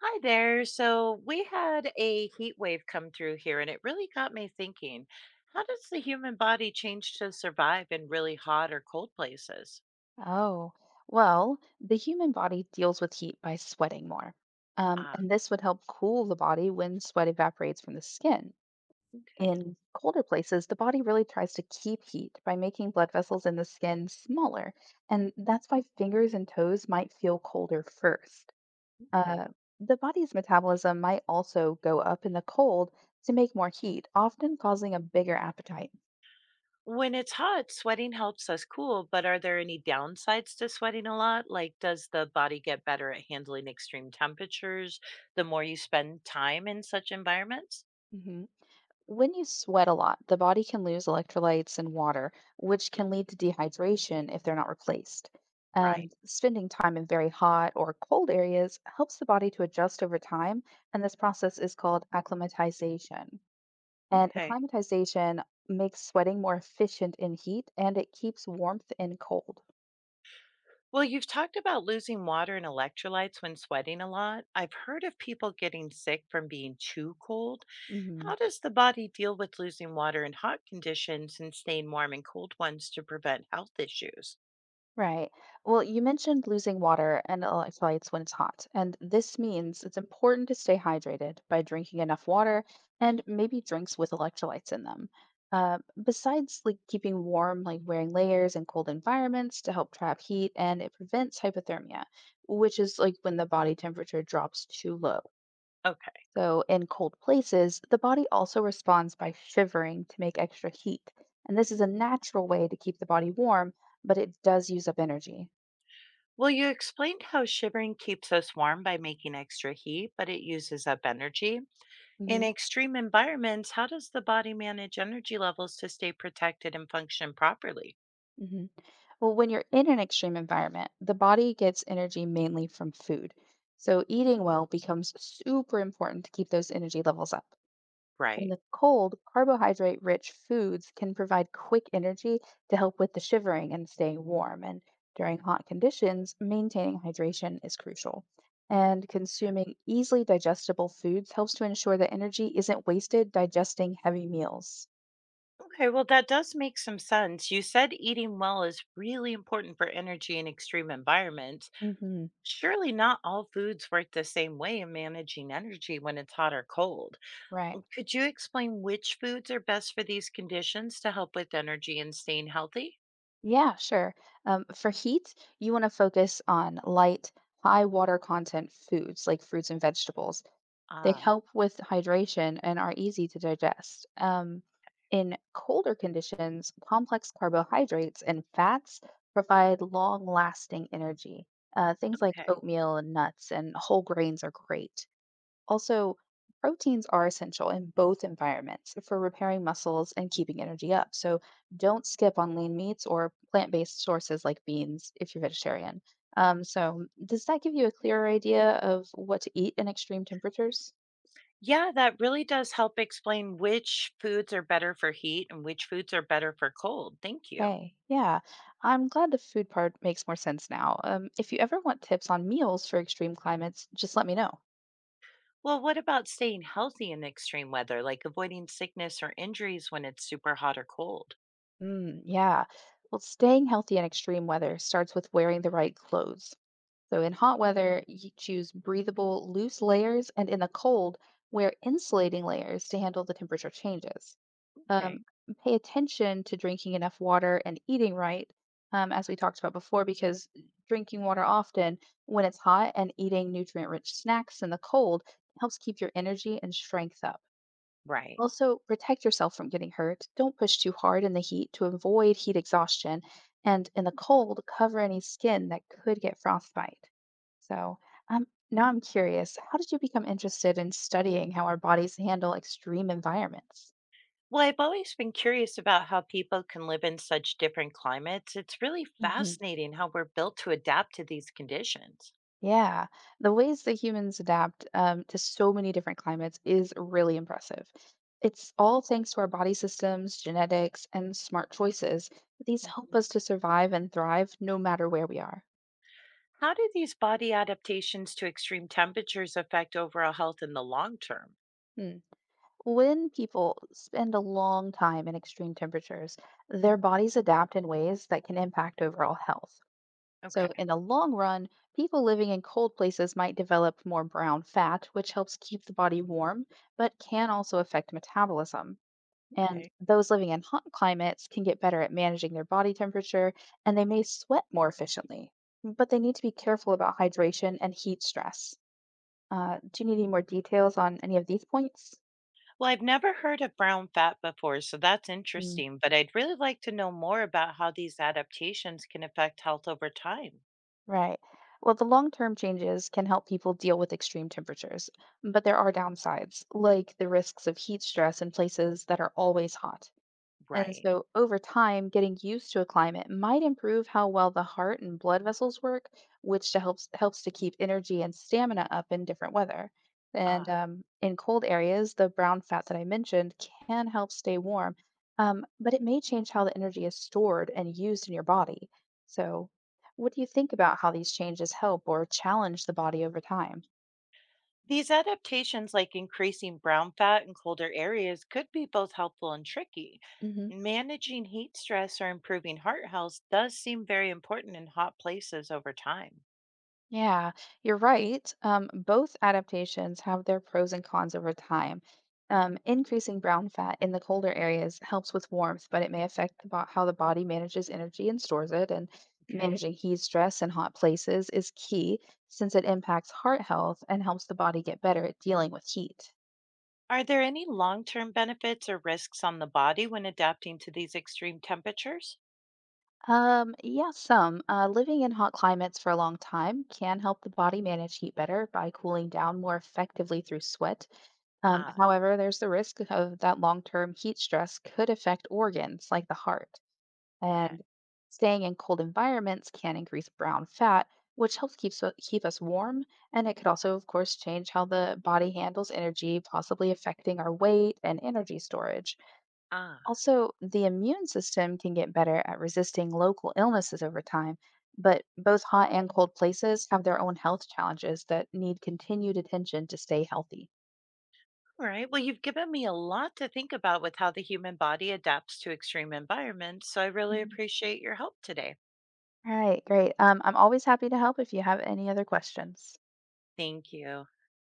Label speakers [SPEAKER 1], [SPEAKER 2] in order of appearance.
[SPEAKER 1] Hi there. So we had a heat wave come through here, and it really got me thinking, how does the human body change to survive in really hot or cold places?
[SPEAKER 2] Oh, well, the human body deals with heat by sweating more.
[SPEAKER 1] Ah,
[SPEAKER 2] And this would help cool the body when sweat evaporates from the skin.
[SPEAKER 1] okay,
[SPEAKER 2] In colder places, the body really tries to keep heat by making blood vessels in the skin smaller. And that's why fingers and toes might feel colder first. Uh,
[SPEAKER 1] okay.
[SPEAKER 2] the body's metabolism might also go up in the cold to make more heat, often causing a bigger appetite.
[SPEAKER 1] When it's hot, sweating helps us cool, but are there any downsides to sweating a lot? Like, does the body get better at handling extreme temperatures the more you spend time in such environments?
[SPEAKER 2] Mhm. When you sweat a lot, the body can lose electrolytes and water, which can lead to dehydration if they're not replaced. Mhm.
[SPEAKER 1] Right.
[SPEAKER 2] And spending time in very hot or cold areas helps the body to adjust over time, and this process is called acclimatization. And
[SPEAKER 1] Okay.
[SPEAKER 2] acclimatization makes sweating more efficient in heat and it keeps warmth in cold.
[SPEAKER 1] Well, you've talked about losing water and electrolytes when sweating a lot. I've heard of people getting sick from being too cold.
[SPEAKER 2] Mhm.
[SPEAKER 1] How does the body deal with losing water in hot conditions and staying warm in cold ones to prevent health issues?
[SPEAKER 2] Right. Well, you mentioned losing water and electrolytes when it's hot, and this means it's important to stay hydrated by drinking enough water and maybe drinks with electrolytes in them. Besides, like keeping warm, like wearing layers in cold environments to help trap heat, and it prevents hypothermia, which is like when the body temperature drops too low.
[SPEAKER 1] Okay.
[SPEAKER 2] So, in cold places, the body also responds by shivering to make extra heat, and this is a natural way to keep the body warm, but it does use up energy.
[SPEAKER 1] Well, you explained how shivering keeps us warm by making extra heat, but it uses up energy. In
[SPEAKER 2] hmm
[SPEAKER 1] extreme environments, how does the body manage energy levels to stay protected and function properly?
[SPEAKER 2] hmm Well, when you're in an extreme environment, the body gets energy mainly from food. So eating well becomes super important to keep those energy levels up. In
[SPEAKER 1] Right.
[SPEAKER 2] the cold, carbohydrate rich foods can provide quick energy to help with the shivering and staying warm. And during hot conditions, maintaining hydration is crucial. And consuming easily digestible foods helps to ensure that energy isn't wasted digesting heavy meals.
[SPEAKER 1] Okay, well, that does make some sense. You said eating well is really important for energy in extreme environments.
[SPEAKER 2] hmm
[SPEAKER 1] Surely not all foods work the same way in managing energy when it's hot or cold.
[SPEAKER 2] Right.
[SPEAKER 1] Mm, could you explain which foods are best for these conditions to help with energy and staying healthy?
[SPEAKER 2] Yeah, sure. For heat, you want to focus on light, high water content foods like fruits and vegetables. They
[SPEAKER 1] Ah,
[SPEAKER 2] help with hydration and are easy to digest. In colder conditions, complex carbohydrates and fats provide long-lasting energy. Things like
[SPEAKER 1] okay.
[SPEAKER 2] oatmeal and nuts and whole grains are great. Also, proteins are essential in both environments for repairing muscles and keeping energy up. So don't skip on lean meats or plant based sources like beans if you're vegetarian. So does that give you a clearer idea of what to eat in extreme temperatures?
[SPEAKER 1] Yeah, that really does help explain which foods are better for heat and which foods are better for cold. Thank you.
[SPEAKER 2] Okay, yeah. I'm glad the food part makes more sense now. If you ever want tips on meals for extreme climates, just let me know.
[SPEAKER 1] Well, what about staying healthy in extreme weather, like avoiding sickness or injuries when it's super hot or cold?
[SPEAKER 2] Mm, yeah. Well, staying healthy in extreme weather starts with wearing the right clothes. So in hot weather, you choose breathable, loose layers, and in the cold, wear insulating layers to handle the temperature changes. Um,
[SPEAKER 1] Okay.
[SPEAKER 2] Pay attention to drinking enough water and eating right, as we talked about before, because drinking water often when it's hot and eating nutrient rich snacks in the cold helps keep your energy and strength up.
[SPEAKER 1] Right.
[SPEAKER 2] Also, protect yourself from getting hurt. Don't push too hard in the heat to avoid heat exhaustion. And in the cold, cover any skin that could get frostbite. So now I'm curious how did you become interested in studying how our bodies handle extreme environments?
[SPEAKER 1] Well, I've always been curious about how people can live in such different climates. It's really
[SPEAKER 2] hmm
[SPEAKER 1] fascinating how we're built to adapt to these conditions.
[SPEAKER 2] Yeah, the ways that humans adapt to so many different climates is really impressive. It's all thanks to our body systems, genetics, and smart choices. These help us
[SPEAKER 1] Mhm.
[SPEAKER 2] to survive and thrive no matter where we are.
[SPEAKER 1] How do these body adaptations to extreme temperatures affect overall health in the long term?
[SPEAKER 2] Hmm. When people spend a long time in extreme temperatures, their bodies adapt in ways that can impact overall health. So,
[SPEAKER 1] Okay.
[SPEAKER 2] in the long run, people living in cold places might develop more brown fat, which helps keep the body warm, but can also affect metabolism. And
[SPEAKER 1] Okay.
[SPEAKER 2] those living in hot climates can get better at managing their body temperature, and they may sweat more efficiently. But they need to be careful about hydration and heat stress. Do you need any more details on any of these points?
[SPEAKER 1] Well, I've never heard of brown fat before, so that's
[SPEAKER 2] Hmm.
[SPEAKER 1] interesting, but I'd really like to know more about how these adaptations can affect health over time.
[SPEAKER 2] Right. Well, the long-term changes can help people deal with extreme temperatures, but there are downsides, like the risks of heat stress in places that are always hot. And
[SPEAKER 1] Right.
[SPEAKER 2] so, over time, getting used to a climate might improve how well the heart and blood vessels work, which to helps to keep energy and stamina up in different weather.
[SPEAKER 1] Uh,
[SPEAKER 2] And in cold areas, the brown fat that I mentioned can help stay warm, but it may change how the energy is stored and used in your body. So, what do you think about how these changes help or challenge the body over time?
[SPEAKER 1] these adaptations, like increasing brown fat in colder areas, could be both helpful and tricky.
[SPEAKER 2] hmm
[SPEAKER 1] Managing heat stress or improving heart health does seem very important in hot places over time.
[SPEAKER 2] Yeah, you're right. Both adaptations have their pros and cons over time. Increasing brown fat in the colder areas helps with warmth, but it may affect how the body manages energy and stores it. And
[SPEAKER 1] Okay.
[SPEAKER 2] managing heat stress in hot places is key since it impacts heart health and helps the body get better at dealing with heat.
[SPEAKER 1] Are there any long term benefits or risks on the body when adapting to these extreme temperatures?
[SPEAKER 2] Yeah, some. Living in hot climates for a long time can help the body manage heat better by cooling down more effectively through sweat.
[SPEAKER 1] Ah,
[SPEAKER 2] However, there's the risk of that long-term heat stress could affect organs like the heart.
[SPEAKER 1] okay.
[SPEAKER 2] And staying in cold environments can increase brown fat, which helps keep us warm. And it could also, of course, change how the body handles energy, possibly affecting our weight and energy storage.
[SPEAKER 1] Ah.
[SPEAKER 2] Also, the immune system can get better at resisting local illnesses over time, but both hot and cold places have their own health challenges that need continued attention to stay healthy.
[SPEAKER 1] All right. Well, you've given me a lot to think about with how the human body adapts to extreme environments. So I really
[SPEAKER 2] Mhm.
[SPEAKER 1] appreciate your help today.
[SPEAKER 2] All right, great. I'm always happy to help if you have any other questions.
[SPEAKER 1] Thank you.